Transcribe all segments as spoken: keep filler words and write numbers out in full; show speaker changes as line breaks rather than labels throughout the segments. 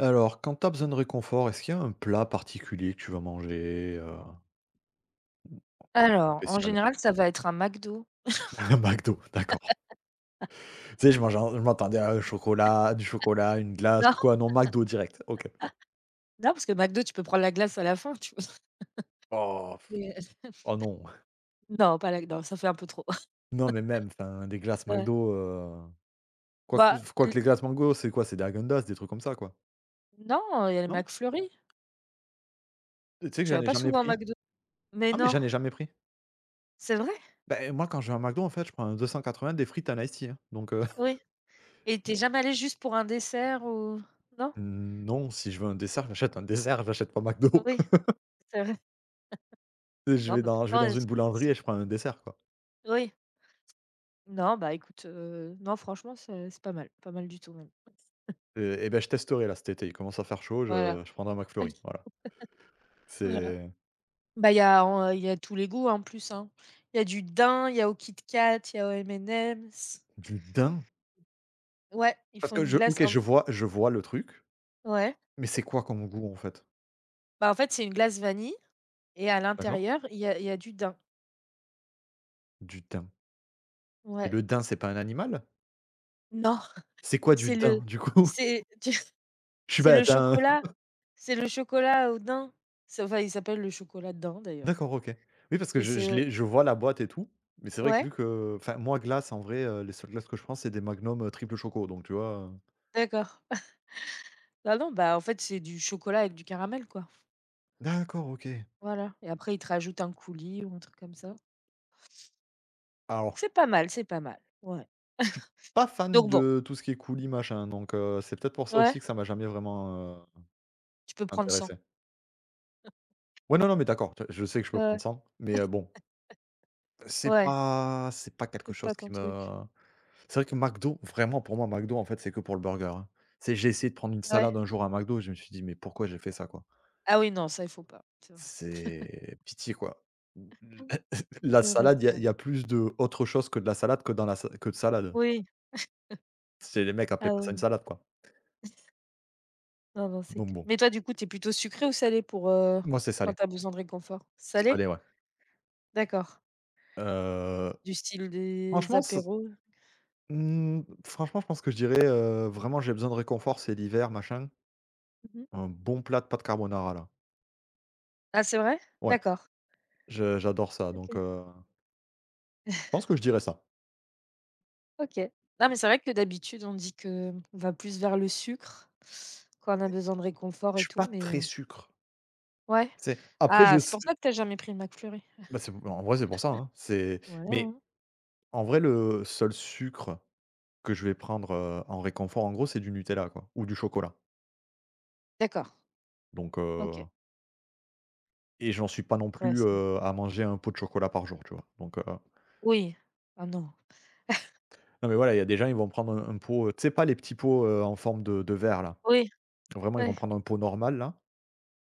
Alors, quand tu as besoin de réconfort, est-ce qu'il y a un plat particulier que tu vas manger, heu, un truc
Alors, en
spécial?
général, ça va être un McDo.
Un McDo, d'accord. Tu sais, je mangeais je m'attendais à un chocolat, du chocolat, une glace
Non,
ou quoi, non, McDo direct, OK.
non, parce que McDo, tu peux prendre la glace à la fin, tu vois?
Oh pff,
Mais heu,
oh non,
non, pas la non, ça fait un peu trop.
non, mais même, enfin, des glaces
Ouais.
McDo, heu, quoique
Bah,
quoique
l
les glaces Mango, c'est quoi? C'est des Häagen-Dazs, des trucs comme ça, quoi,
non, il y a le
non?
McFlurry.
Tu sais que
Tu
j'en
vas
ai
pas
jamais
souvent au
pris?
McDo? Mais
Non, mais
non,
j'en ai jamais pris.
c'est vrai?
Ben moi, quand je vais à McDo, en fait, je prends un deux cent quatre-vingts, des frites, un ice tea, hein, donc heu,
Oui, et t'es jamais allé juste pour un dessert ou non?
non, si je veux un dessert, j'achète un dessert, j'achète pas McDo.
Oui, c'est vrai.
je
Non,
vais
mais
dans je vais
pourtant,
dans
heu,
une
s s
boulangerie et je prends un dessert, quoi.
oui. Non, bah, écoute, heu, non, franchement, c'est c'est pas mal, pas mal du tout même.
Heu et ben je testerai là cet été, il commence à faire chaud,
Voilà.
je je prendrai un McFlurry, voilà.
Voilà.
C'est
Bah, il y a en il y a tous les goûts en plus, hein. Il y a du daim, il y a au Kit Kat, il y a aux M et M's.
du daim.
Ouais, ils
Parce
font
que
une
je
glace
OK,
un
je vois je vois le truc,
ouais.
mais c'est quoi comme goût, en fait?
Bah, en fait, c'est une glace vanille et à
D'accord?
l'intérieur, il y a il y a du daim.
Du daim. Mais
Ouais.
le daim, c'est pas un animal?
Non,
C'est quoi du
c'est le
daim, du coup?
c'est
Je suis
c'est le
bête, hein?
chocolat c'est le chocolat au daim. C'est Enfin, il s'appelle le chocolat daim d'ailleurs.
D'accord, OK. Oui, parce que
et
je je
c'est,
l'ai je vois la boîte et tout, mais c'est vrai que
ouais?
vu que enfin, moi, glace, en vrai, heu, les seules glaces que je prends, c'est des Magnum, heu, triple choco, donc tu vois? Heu,
D'accord. Ah non, bah, en fait, c'est du chocolat avec du caramel, quoi.
d'accord, OK.
Voilà, et après, ils te rajoutent un coulis ou un truc comme ça.
Alors,
C'est pas mal, c'est pas mal. Ouais,
pas fan
donc bon.
de tout ce qui est coulis, machin, donc heu, c'est peut-être pour ça
Ouais.
aussi que ça m'a jamais vraiment, heu,
Tu peux prendre cent.
intéressé. Ouais, non, non, mais d'accord, tu je sais que je peux prendre
Ouais,
ça, mais heu, bon, c'est
ouais,
pas c'est pas quelque
c'est
chose
pas ton
qui me
truc.
C'est vrai que McDo, vraiment pour moi McDo, en fait, c'est que pour le burger, hein. Tu sais, j'ai essayé de prendre une
Ouais.
salade un jour à McDo et je me suis dit: «Mais pourquoi j'ai fait ça, quoi?»
Ah oui, non, ça, il faut pas, c'est vrai.
C'est pitié, quoi. L La
C'est vrai,
salade, il
c'est
y a il
vrai.
y a plus de autre chose que de la salade que dans la sa que de salade.
Oui.
C'est les mecs appelaient
Ah
pas
oui,
ça une
non,
salade, quoi,
non, non, c'est
donc
clair.
bon.
Mais toi, du coup, tu es plutôt sucré ou salé pour, heu,
Moi, c'est salé.
quand tu as besoin de réconfort? Salé?
Salé, ouais.
D'accord.
Heu
Du style des
Franchement, ce
apéros?
mmh, franchement, je pense que je dirais, heu, vraiment j'ai besoin de réconfort, c'est l'hiver, machin,
Mmh.
un bon plat de pâtes carbonara là.
Ah, c'est vrai?
Ouais,
D'accord.
je j'adore ça donc
OK,
heu, je pense que je dirais ça.
OK. Non, mais c'est vrai que d'habitude, on dit que on va plus vers le sucre quand on a besoin de réconfort
Je
et
suis pas
tout, mais
très
heu
sucre.
ouais.
C'est après je
Ah, c'est
sais
pour ça que t'as jamais pris le McFlurry?
bah, c'est en vrai c'est pour ça, hein. C'est
Voilà,
mais
hein.
en vrai le seul sucre que je vais prendre, heu, en réconfort en gros, c'est du Nutella quoi ou du chocolat
D'accord,
donc heu
OK.
et j'en suis pas non
Ouais,
plus,
c'est
heu, à manger un pot de chocolat par jour, tu vois? Donc heu
oui. Ah non.
non, mais voilà, il y a des gens, ils vont prendre un un pot, heu, tu sais pas les petits pots, heu, en forme de de verre là?
Oui,
Vraiment, ils vont
oui.
prendre un pot normal là,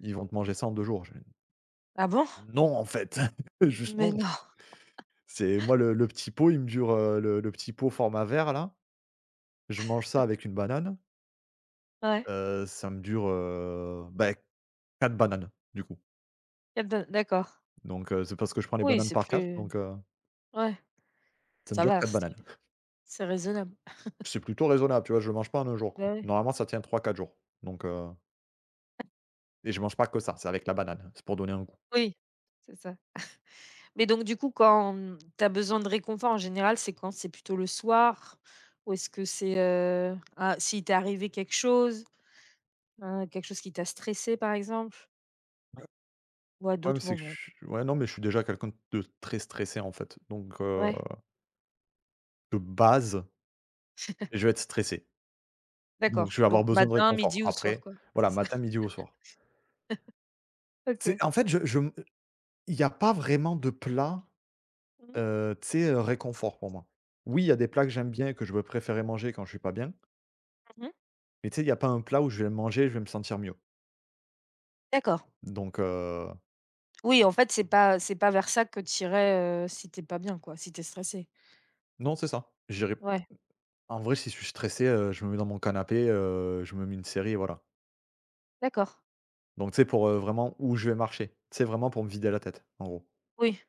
ils vont te manger ça en deux jours. Je fais:
Ah bon?
«Non en fait, juste
Mais
non».
non.
C'est moi le le petit pot, il me dure, heu, le le petit pot format verre là, je mange ça avec une banane,
Ouais.
heu, ça me dure, heu, bah, quatre bananes du coup.
Qu'elle donne, d'accord.
Donc heu, c'est parce que je prends les
Oui,
bananes
c'est
par quatre,
plus
donc heu,
ouais,
ça me
ça
dure
va,
quatre
c'est
bananes.
c'est raisonnable.
C'est plutôt raisonnable, tu vois? Je le mange pas en un jour quoi.
Bah, ouais.
Normalement, ça tient trois quatre jours donc heu et je mange pas que ça, c'est avec la banane, c'est pour donner un goût.
Oui, c'est ça. Mais donc du coup, quand, mmh, tu as besoin de réconfort, en général, c'est quand? C'est plutôt le soir? Ou est-ce que c'est, heu, ah, s'il t'est arrivé quelque chose, heu, quelque chose qui t'a stressé, par exemple? Ou à
Le problème,
d'autres
c'est que
moments?
je suis ouais, non, mais je suis déjà quelqu'un de très stressé, en fait, donc heu,
Ouais,
de base, je vais être stressé, donc
d'accord.
je vais avoir
Donc
besoin de
matin,
réconfort.
midi ou soir,
Après,
quoi, c'est
voilà,
ça?
matin, midi ou soir.
OK.
C'est en fait, je je m il y a pas vraiment de plat,
Mmh mh.
heu, tu sais, heu, réconfort pour moi. Oui, il y a des plats que j'aime bien et que je vais préférer manger quand je suis pas bien,
Mmh mh.
mais tu sais, il y a pas un plat où je vais le manger et je vais me sentir mieux,
D'accord.
donc heu,
Oui, en fait, c'est pas c'est pas vers ça que tu heu, si tu es pas bien quoi, si tu es stressé?
non, c'est ça. J'irai
Ouais,
en vrai, si je suis stressé, heu, je me mets dans mon canapé, heu, je me mets une série voilà.
d'accord.
Donc, tu sais, pour, heu, vraiment où je vais marcher. C'est vraiment pour me vider la tête, en gros.
Oui,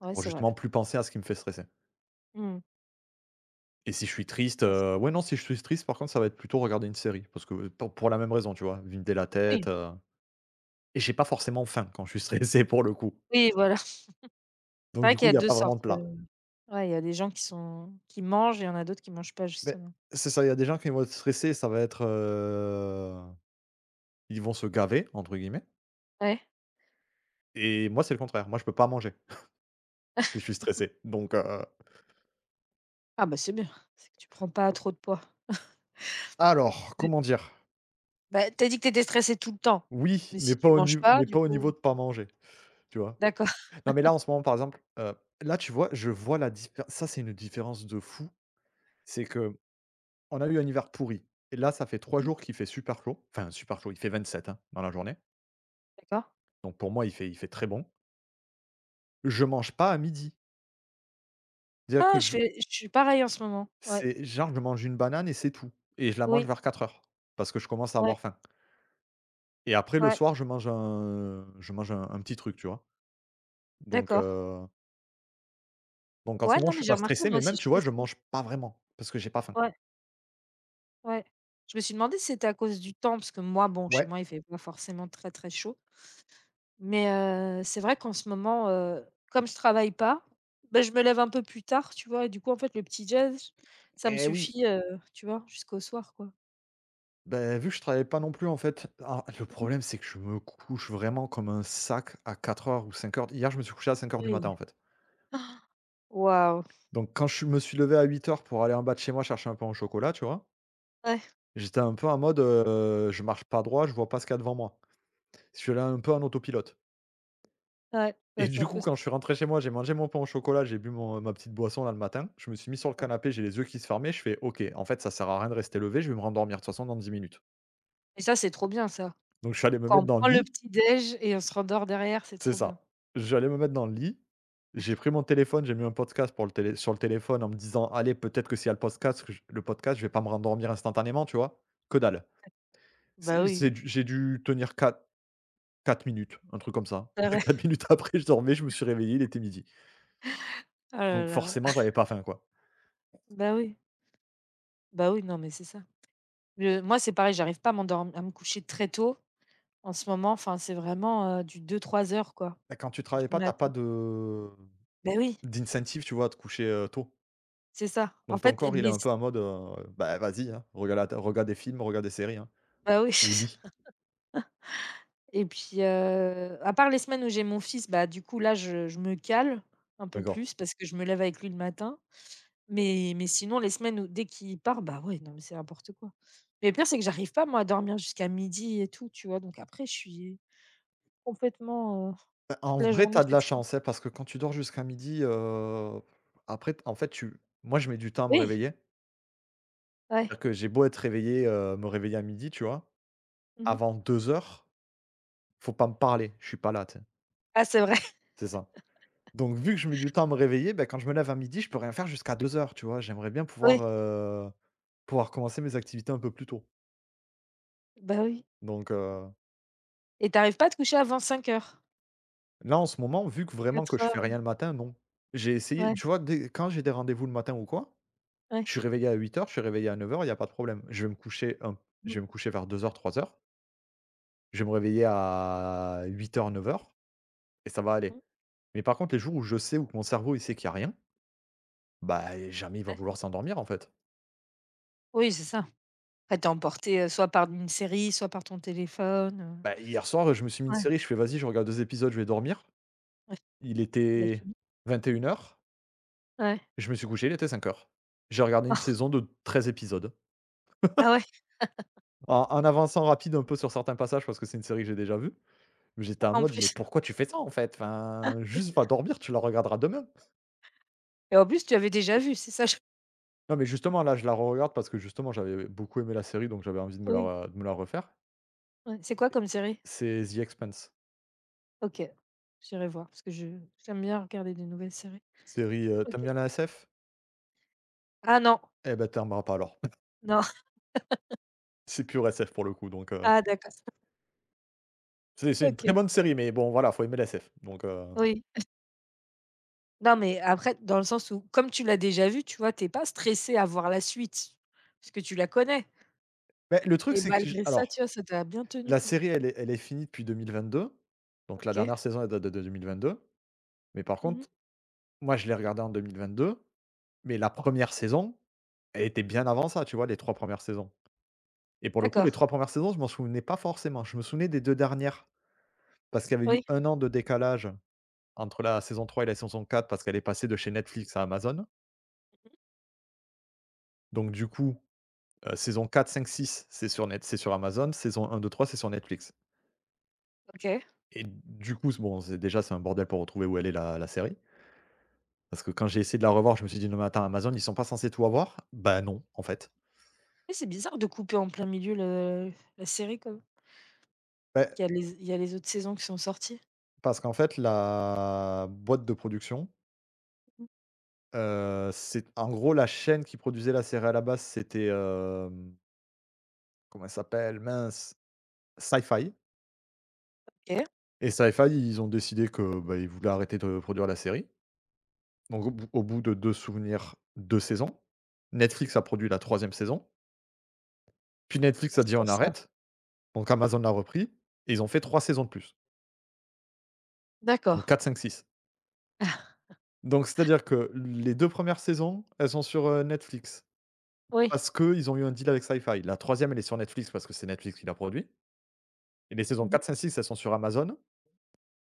ouais,
Pour
c'est vrai.
justement plus penser à ce qui me fait stresser.
Mmh.
Et si je suis triste,
Ouais, c'est
heu, ouais, non, si je suis triste, par contre, ça va être plutôt regarder une série parce que pour pour la même raison, tu vois? Vider la tête,
oui,
heu et j'ai pas forcément faim quand je suis stressé pour le coup.
oui, voilà. C'est
Donc, du
vrai qu'il
coup,
y
il
a
y a
deux
pas vraiment
sortes,
de plat.
heu, ouais, il y a des gens qui sont qui mangent, et il y en a d'autres qui mangent pas
Mais
justement.
c'est ça, il y a des gens qui vont être stressés, ça va être, heu, ils vont se «gaver» entre guillemets
Ouais.
et moi, c'est le contraire. Moi, je peux pas manger si je suis stressé. Donc, heu,
Ah bah, c'est bien, c'est que tu prends pas trop de poids.
alors,
Mmh.
comment dire?
Bah, tu as dit que tu étais stressée tout le temps,
Oui,
mais
mais
si
pas
tu
au
manges
niv
pas
mais
du
pas au niveau
coup,
de pas manger, tu vois?
d'accord.
Non, mais là, en ce moment, par exemple, heu, là, tu vois, je vois la différence ça, c'est une différence de fou. C'est que on a eu un hiver pourri et là, ça fait trois
Mmh,
jours qu'il fait super chaud, enfin, super chaud, il fait vingt-sept, hein, dans la journée.
d'accord.
Donc pour moi, il fait il fait très bon. Je mange pas à midi. C'est-à-dire
Ah,
que
je
je
fais je suis pareil en ce moment. Ouais.
c'est genre, je mange une banane et c'est tout et je la mange
Oui.
vers quatre heures parce que je commence à avoir
Ouais,
faim et après le
ouais.
soir, je mange un je mange un un petit truc, tu vois? Donc
D'accord.
heu, donc en ce
Ouais,
moment,
non,
je
mais
suis
j'ai
pas
remarqué
stressé
moi
mais même,
aussi
tu
je
vois,
fais
je
ça.
mange pas vraiment parce que j'ai pas faim.
Ouais. Ouais. Je me suis demandé si c'était à cause du temps, parce que moi, bon, chez
Ouais,
moi, il fait pas forcément très, très chaud. Mais heu, c'est vrai qu'en ce moment, heu, comme je travaille pas, ben je me lève un peu plus tard, tu vois? Et du coup, en fait, le petit jazz, ça me
et oui.
suffit, heu, tu vois? Jusqu'au soir, quoi.
Ben vu que je travaillais pas non plus en fait, ah, le
Mmh.
problème c'est que je me couche vraiment comme un sac à quatre heures ou cinq heures. Hier, je me suis couché à cinq heures du matin
Oui.
en fait.
Waouh!
Donc quand je me suis levé à huit heures pour aller en bas de chez moi chercher un pain au chocolat, tu vois?
Ouais,
J'étais un peu en mode, heu, je marche pas droit, je vois pas ce qu'il y a devant moi. Je suis allé un peu en autopilote
ouais,
et
ouais, c'est
du
un
coup,
peu ça,
quand je suis rentré chez moi, j'ai mangé mon pain au chocolat, j'ai bu mon ma petite boisson là le matin, je me suis mis sur le
ouais.
canapé, j'ai les yeux qui se fermaient, je fais: «OK, en fait, ça sert à rien de rester levé, je vais me rendormir de toute façon dans dix minutes».
Et ça, c'est trop bien, ça.
Donc je suis allé me
Quand
mettre
on
dans le
prend le
lit.
petit déj et on se rendort derrière, c'est
C'est
trop bien.
ça. J'allais me mettre dans le lit, j'ai pris mon téléphone, j'ai mis un podcast pour le télé sur le téléphone en me disant: «Allez, peut-être que s'il y a le podcast que je le podcast, je vais pas me rendormir instantanément», tu vois? Que dalle.
Bah
C'est c'est
oui.
du j'ai dû tenir quatre minutes, un truc comme ça.
Ah ouais.
Quatre minutes après, je dormais, je me suis réveillé, il était midi.
Oh là
Donc
là.
forcément, j'avais pas faim, quoi.
Bah oui, bah oui, non, mais c'est ça. Le Moi, c'est pareil, j'arrive pas à m'endormir à me coucher très tôt en ce moment, enfin, c'est vraiment, heu, du deux trois heures, quoi,
Bah, quand tu travailles
du
pas, t'as pas
matin.
de
Ben oui,
d'incentive, tu vois, à te coucher, heu, tôt.
c'est ça. En
Donc ton
fait,
corps, il est
les
un peu en mode, heu: «Bah, vas-y, hein, regarde la té regarde des films, regarde des séries, hein,
bah, oui.
au lit».
Et puis, heu, à part les semaines où j'ai mon fils, bah, du coup, là, je je me cale un peu
D'accord.
plus parce que je me lève avec lui le matin, mais mais sinon, les semaines où dès qu'il part, bah, ouais, non, mais c'est n'importe quoi. Mais le pire, c'est que j'arrive pas, moi, à dormir jusqu'à midi et tout, tu vois? Donc après, je suis complètement, heu,
Bah,
toute
en
la
vrai,
journée
t'as de la
fatiguée.
chance, hein, parce que quand tu dors jusqu'à midi, heu, après t en fait, tu moi, je mets du temps à me
Oui,
réveiller.
ouais.
C'est-à-dire que j'ai beau être réveillé, heu, me réveiller à midi, tu vois?
Mmh.
Avant deux heures, faut pas me parler, je suis pas là, tu sais?
Ah, c'est vrai.
C'est ça. Donc vu que je mets du temps à me réveiller, ben, quand je me lève à midi, je peux rien faire jusqu'à deux heures, tu vois? J'aimerais bien pouvoir, heu, pouvoir commencer mes activités un peu plus tôt.
Bah, oui,
Donc heu,
et tu arrives pas à te coucher avant cinq heures,
là, en ce moment, vu que vraiment que je
quatre heures?
fais rien le matin, non. J'ai essayé
Ouais,
tu vois, dès quand j'ai des rendez-vous le matin ou quoi.
ouais.
Je suis réveillé à huit heures, je suis réveillé à neuf heures, il y a pas de problème. Je vais me coucher un
Mmh
je vais me coucher vers deux heures-trois heures, je vais me réveiller à huit heures, neuf heures, et ça va aller.
mh.
Mais par contre, les jours où je sais où que mon cerveau, il sait qu'il y a rien, bah, jamais il va
Ouais.
vouloir s'endormir, en fait.
Oui, c'est ça. Après, tu es emporté, heu, soit par une série, soit par ton téléphone,
Bah,
heu,
hier soir, je me suis mis une
ouais,
série, je fais: «Vas-y, je regarde deux épisodes, je vais dormir».
ouais,
Il
la
était
film.
vingt et une heures,
Ouais.
je me suis couché, il était cinq heures. J'ai regardé une saison de treize épisodes
Ah ouais,
en en avançant rapide un peu sur certains passages parce que c'est une série que j'ai déjà vue. J'étais en
en
mode: «Mais
plus,
pourquoi tu fais ça, en fait? Enfin, juste va dormir, tu la regarderas demain».
et en plus, tu avais déjà vu, c'est ça, je
Non, mais justement, là, je la regarde parce que justement, j'avais beaucoup aimé la série, donc j'avais envie de me
oui,
la de me la refaire.
ouais. C'est quoi comme série?
C'est The Expanse,
OK, j'irai voir parce que je j'aime bien regarder des nouvelles séries.
série, heu tu
OK.
bien la S F?
Ah non,
Eh ben, tu aimeras pas alors.
non.
C'est pure S F pour le coup, donc heu,
Ah, d'accord.
c'est c'est une
OK,
très bonne série, mais bon, voilà, faut aimer la S F, donc heu,
oui. Non, mais après, dans le sens où comme tu l'as déjà vu, tu vois, tu es pas stressé à voir la suite, parce que tu la connais.
mais le truc,
Et
c'est que j
malgré ça,
alors,
tu vois, ça t'a bien tenu,
la
quoi.
série, elle est elle est finie depuis deux mille vingt-deux, donc la
OK.
dernière saison, elle date de deux mille vingt-deux, mais par
Mmh mh.
contre, moi, je l'ai regardée en deux mille vingt-deux, mais la première saison elle était bien avant ça, tu vois, les trois premières saisons, et pour le coup,
D'accord.
les trois premières saisons, je m'en souvenais pas forcément. Je me souvenais des deux dernières parce qu'il y avait eu
Oui,
un an de décalage entre la saison trois et la saison quatre parce qu'elle est passée de chez Netflix à Amazon. Donc du coup, heu, saison quatre, cinq, six, c'est sur net c'est sur Amazon, saison un, deux, trois, c'est sur Netflix,
OK.
et du coup, c'est bon, c'est déjà, c'est un bordel pour retrouver où elle est la la série parce que quand j'ai essayé de la revoir, je me suis dit: «Non mais attends, Amazon, ils sont pas censés tout avoir ?» Bah non, en fait.
Et c'est bizarre de couper en plein milieu le la série comme alors
Beh,
qu'il y a les il y a les autres saisons qui sont sorties.
parce qu'en fait, la boîte de production,
Mmh.
heu, c'est en gros, la chaîne qui produisait la série à la base, c'était, hem, comment elle s'appelle? Mince, fi
OK.
et Sci-Fi, ils ont décidé que, bah, ils voulaient arrêter de produire la série. Donc au bout au bout de deux souvenirs, deux saisons. Netflix a produit la troisième saison. Puis
Ah,
Netflix a
c'est
dit: «On
pour ça.
arrête». Donc Amazon l'a repris et ils ont fait trois saisons de plus.
D'accord.
Donc quatre, cinq, six. Donc c'est-à-dire que les deux premières saisons, elles sont sur, heu, Netflix
Oui.
parce qu'ils ont eu un deal avec Sci-Fi. La troisième, elle est sur Netflix parce que c'est Netflix qui l'a produit. Et les saisons
Mmh
quatre,
mh.
cinq, six, elles sont sur Amazon,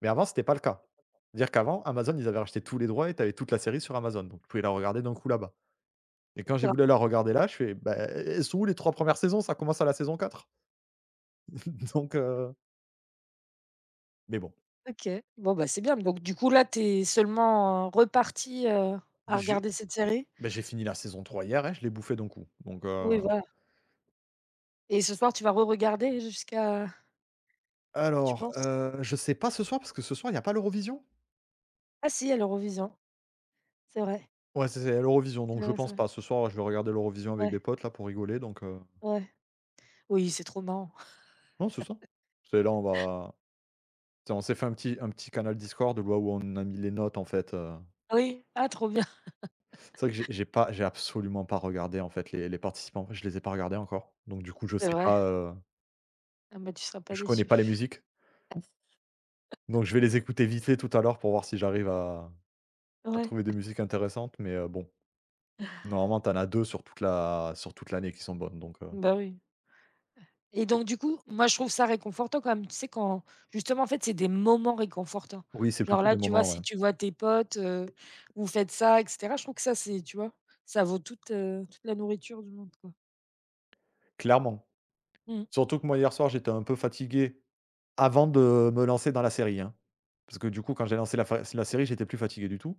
mais avant, c'était pas le cas. C'est-à-dire qu'avant, Amazon, ils avaient racheté tous les droits et tu avais toute la série sur Amazon, donc tu pouvais la regarder d'un coup là-bas. Et quand j'ai
D'accord.
voulu la regarder là, je fais: «Bah, eh, elles sont où les trois premières saisons? Ça commence à la saison quatre». Donc heu, mais bon,
OK. Bon, bah, c'est bien. Donc du coup, là, tu es seulement, heu, repartie, heu, à
j'ai
regarder cette série?
bah, j'ai fini la saison trois hier, hein, je l'ai bouffée d'un coup, donc heu
Oui, voilà. Et ce soir, tu vas re-regarder jusqu'à, tu
alors,
penses?
heu, je sais pas ce soir parce que ce soir, il y a pas l'Eurovision?
Ah si, à l'Eurovision. C'est vrai.
Ouais, c'est c'est l'Eurovision,
C'est
donc je
vrai, c'est
pense
vrai.
pas. Ce soir, je vais regarder l'Eurovision avec
Ouais,
des potes là pour rigoler, donc heu
ouais. Oui, c'est trop marrant.
non, c'est ça. C'est là, on va On s'est fait un petit un petit canal Discord où là où on a mis les notes en fait, heu,
Oui. Ah, trop bien.
c'est vrai que j'ai j'ai pas j'ai absolument pas regardé en fait les les participants, je les ai pas regardés encore, donc du coup je
C'est
sais
vrai.
pas, heu,
Ah bah, tu seras pas
je connais
déçu.
pas les musiques, donc je vais les écouter vite fait tout à l'heure pour voir si j'arrive à à
Ouais,
trouver des musiques intéressantes, mais heu, bon, normalement t'en as deux sur toute la sur toute l'année qui sont bonnes, donc heu,
bah, oui, et donc du coup, moi, je trouve ça réconfortant quand même, tu sais, quand justement, en fait, c'est des moments réconfortants.
oui, c'est
Genre
plutôt
là,
des
tu vois,
moments, ouais,
si tu vois tes potes, heu, vous faites ça et cetera, je trouve que ça, c'est tu vois, ça vaut toute, heu, toute la nourriture du monde, quoi.
clairement.
Mmh.
Surtout que moi hier soir j'étais un peu fatigué avant de me lancer dans la série, hein, parce que du coup quand j'ai lancé la fa la série, j'étais plus fatigué du tout.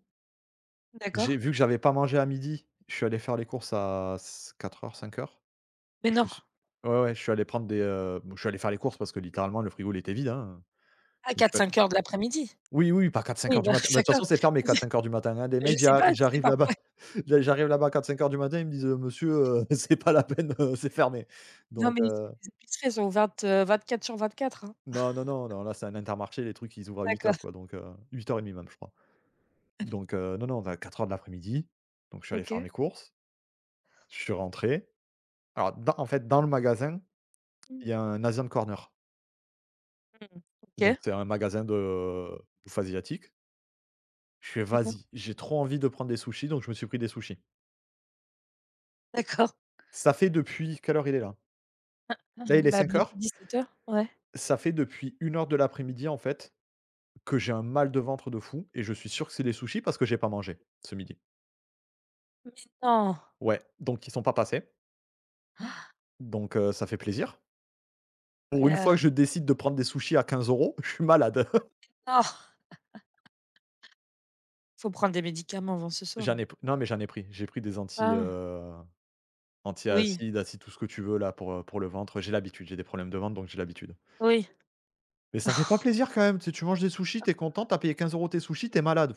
J'ai
D'accord.
vu que j'avais pas mangé à midi, je suis allé faire les courses à s quatre heures-cinq heures.
Mais
Je
non,
me suis Ouais, ouais, je suis allé prendre des, heu, bon, je suis allé faire les courses parce que littéralement le frigo, il était vide, hein,
à
donc je
quatre
suis allé
cinq heures de l'après-midi?
oui, oui, pas quatre cinq
Oui,
heures du
bah,
matin. Bah, de toute
d'accord.
façon, c'est fermé
Je
quatre cinq heures du matin, hein. Les
je
mecs,
sais
j'ar
pas, tu sais,
j'arrive là-bas.
parfois
J'a j'arrive là-bas quatre cinq heures du matin, ils me disent: «Euh, monsieur, heu, c'est pas la peine, heu, c'est fermé».
non,
Donc
mais ici,
heu,
les épiceries, elles sont ouvertes, vingt quatre sur vingt-quatre, hein.
non, non, non, non, là, c'est un Intermarché, les trucs, ils ouvrent à huit
D'accord,
heures quoi, donc euh, huit heu, huit heures trente même, je crois. Donc heu, non, non, on a seize heures de l'après-midi, donc je suis allé faire
OK.
mes courses, je suis rentré. Alors dans en fait, dans le magasin,
Mmh.
il y a un Asian Corner. Donc
OK.
c'est un magasin de euh, bouffe asiatique. Je fais:
D'accord.
«Vas-y, j'ai trop envie de prendre des sushis», donc je me suis pris des sushis.
D'accord.
Ça fait depuis quelle heure il est là?
Mmh
Là, il
mh.
est
Bah,
cinq
bientôt
heures.
dix-sept heures, ouais.
Ça fait depuis une heure de l'après-midi, en fait, que j'ai un mal de ventre de fou et je suis sûr que c'est des sushis parce que j'ai pas mangé ce midi.
Non,
Ouais, donc ils sont pas passés, donc heu, ça fait plaisir.
oh
Pour une fois
là,
que je décide de prendre des sushis à quinze euros, je suis malade.
oh, faut prendre des médicaments avant ce soir.
J'en ai p Non mais j'en ai pris, j'ai pris des anti,
Ah
euh,
oui,
anti-acide, acide, tout ce que tu veux là pour, heu, pour le ventre. J'ai l'habitude, j'ai des problèmes de ventre, donc j'ai l'habitude.
oui.
Mais ça fait pas plaisir quand même, tu sais, tu manges des sushis, t'es es content, tu payé quinze euros tes sushis, t'es malade.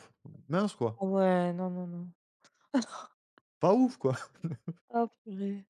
Mince quoi,
Ah ouais, non, non, non.
pas ouf quoi.
Oh purée.